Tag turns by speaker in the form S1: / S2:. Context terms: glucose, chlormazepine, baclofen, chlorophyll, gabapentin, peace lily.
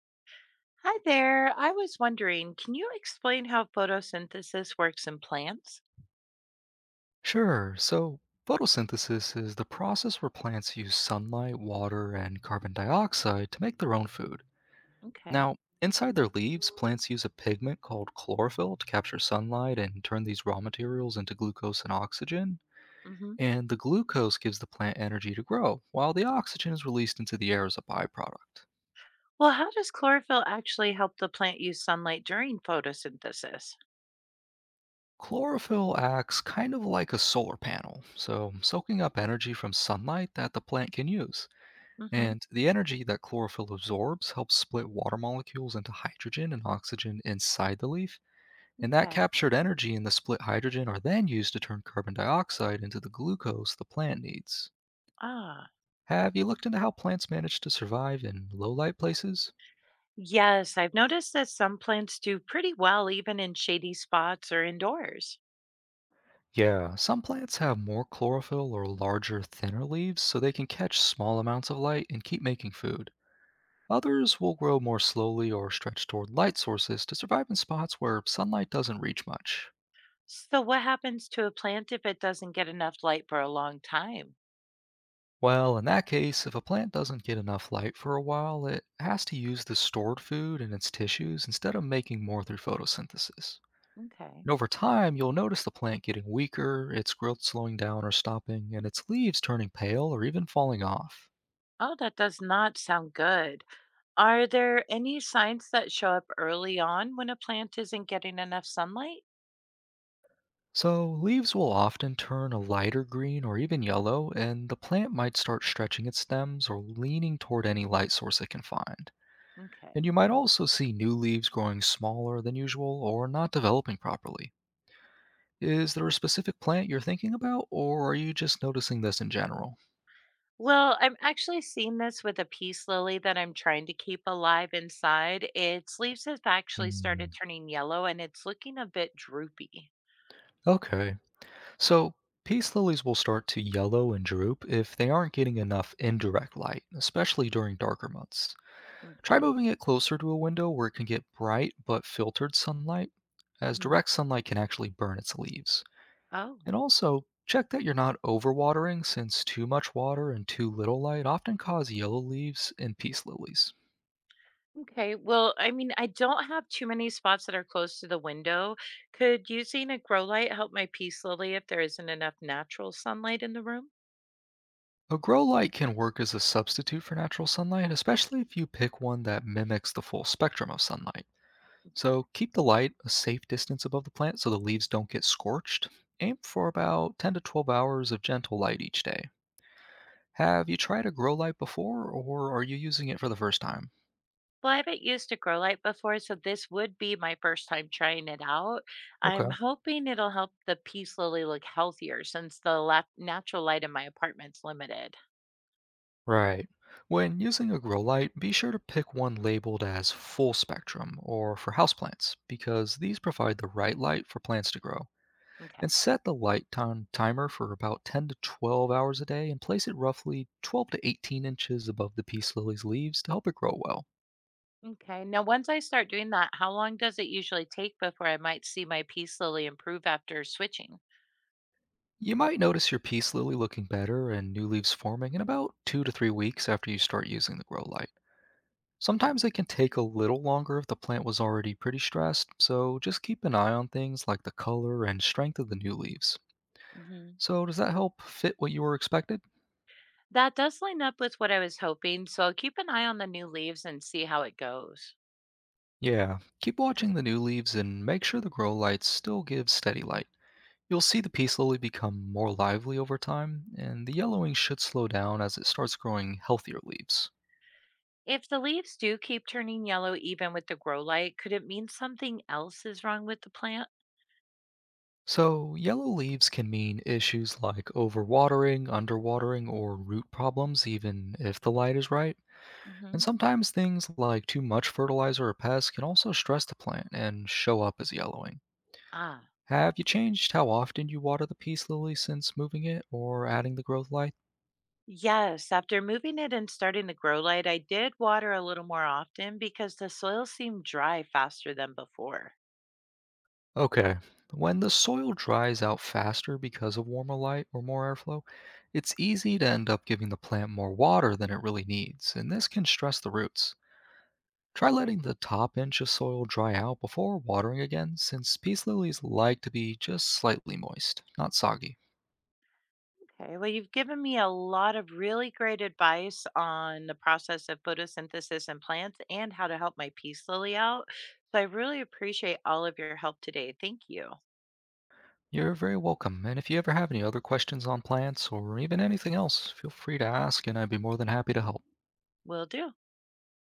S1: Hi there. I was wondering, can you explain how photosynthesis works in plants?
S2: Sure. So, photosynthesis is the process where plants use sunlight, water, and carbon dioxide to make their own food.
S1: Okay.
S2: Now, inside their leaves, plants use a pigment called chlorophyll to capture sunlight and turn these raw materials into glucose and oxygen.
S1: hmm
S2: And the glucose gives the plant energy to grow, while the oxygen is released into the air as a byproduct.
S1: Well, how does chlorophyll actually help the plant use sunlight during photosynthesis?
S2: Chlorophyll acts kind of like a solar panel, so soaking up energy from sunlight that the plant can use.
S1: hmm
S2: And the energy that chlorophyll absorbs helps split water molecules into hydrogen and oxygen inside the leaf. And that
S1: Okay.
S2: captured energy and the split hydrogen are then used to turn carbon dioxide into the glucose the plant needs.
S1: Ah,
S2: Have you looked into how plants manage to survive in low light places?
S1: yes, I've noticed that some plants do pretty well even in shady spots or indoors.
S2: Yeah, some plants have more chlorophyll or larger, thinner leaves so they can catch small amounts of light and keep making food. Others will grow more slowly or stretch toward light sources to survive in spots where sunlight doesn't reach much.
S1: So, what happens to a plant if it doesn't get enough light for a long time?
S2: Well, in that case, if a plant doesn't get enough light for a while, it has to use the stored food in its tissues instead of making more through photosynthesis.
S1: Okay.
S2: And over time, you'll notice the plant getting weaker, its growth slowing down or stopping, and its leaves turning pale or even falling off.
S1: Oh, that does not sound good. Are there any signs that show up early on when a plant isn't getting enough sunlight?
S2: So, leaves will often turn a lighter green or even yellow, and the plant might start stretching its stems or leaning toward any light source it can find.
S1: Okay.
S2: And you might also see new leaves growing smaller than usual or not developing properly. Is there a specific plant you're thinking about, or are you just noticing this in general?
S1: Well, I'm actually seeing this with a peace lily that I'm trying to keep alive inside. Its leaves have actually started
S2: Mm,
S1: turning yellow and it's looking a bit droopy.
S2: okay. So, peace lilies will start to yellow and droop if they aren't getting enough indirect light, especially during darker months. Try
S1: Okay.
S2: moving it closer to a window where it can get bright but filtered sunlight, as
S1: hmm
S2: direct sunlight can actually burn its leaves.
S1: Oh,
S2: And also, check that you're not overwatering, since too much water and too little light often cause yellow leaves in peace lilies.
S1: okay. Well, I mean, I don't have too many spots that are close to the window. Could using a grow light help my peace lily if there isn't enough natural sunlight in the room?
S2: A grow light can work as a substitute for natural sunlight, especially if you pick one that mimics the full spectrum of sunlight. So keep the light a safe distance above the plant so the leaves don't get scorched. Aim for about 10 to 12 hours of gentle light each day. Have you tried a grow light before, or are you using it for the first time?
S1: Well, I haven't used a grow light before, so this would be my first time trying it out. I'm
S2: Okay.
S1: hoping it'll help the peace lily look healthier since the natural light in my apartment's limited.
S2: Right. When using a grow light, be sure to pick one labeled as full spectrum or for houseplants, because these provide the right light for plants to grow.
S1: Okay.
S2: And set the light time timer for about 10 to 12 hours a day and place it roughly 12 to 18 inches above the peace lily's leaves to help it grow well.
S1: Okay. Now, once I start doing that, how long does it usually take before I might see my peace lily improve after switching?
S2: You might notice your peace lily looking better and new leaves forming in about 2 to 3 weeks after you start using the grow light. Sometimes it can take a little longer if the plant was already pretty stressed, so just keep an eye on things like the color and strength of the new leaves.
S1: hmm
S2: So, does that help fit what you were expected?
S1: That does line up with what I was hoping, so I'll keep an eye on the new leaves and see how it goes.
S2: Yeah, keep watching the new leaves and make sure the grow lights still give steady light. You'll see the pea slowly become more lively over time, and the yellowing should slow down as it starts growing healthier leaves.
S1: If the leaves do keep turning yellow even with the grow light, could it mean something else is wrong with the plant?
S2: So, yellow leaves can mean issues like overwatering, underwatering, or root problems, even if the light is right. And sometimes things like too much fertilizer or pests can also stress the plant and show up as yellowing.
S1: Ah,
S2: Have you changed how often you water the peace lily since moving it or adding the growth light?
S1: yes, after moving it and starting the grow light, I did water a little more often because the soil seemed dry faster than before.
S2: Okay. When the soil dries out faster because of warmer light or more airflow, it's easy to end up giving the plant more water than it really needs, and this can stress the roots. Try letting the top inch of soil dry out before watering again, since peace lilies like to be just slightly moist, not soggy.
S1: Okay, well, you've given me a lot of really great advice on the process of photosynthesis and plants and how to help my peace lily out. So I really appreciate all of your help today. Thank you.
S2: You're very welcome, and if you ever have any other questions on plants or even anything else, feel free to ask, and I'd be more than happy to help.
S1: Will do.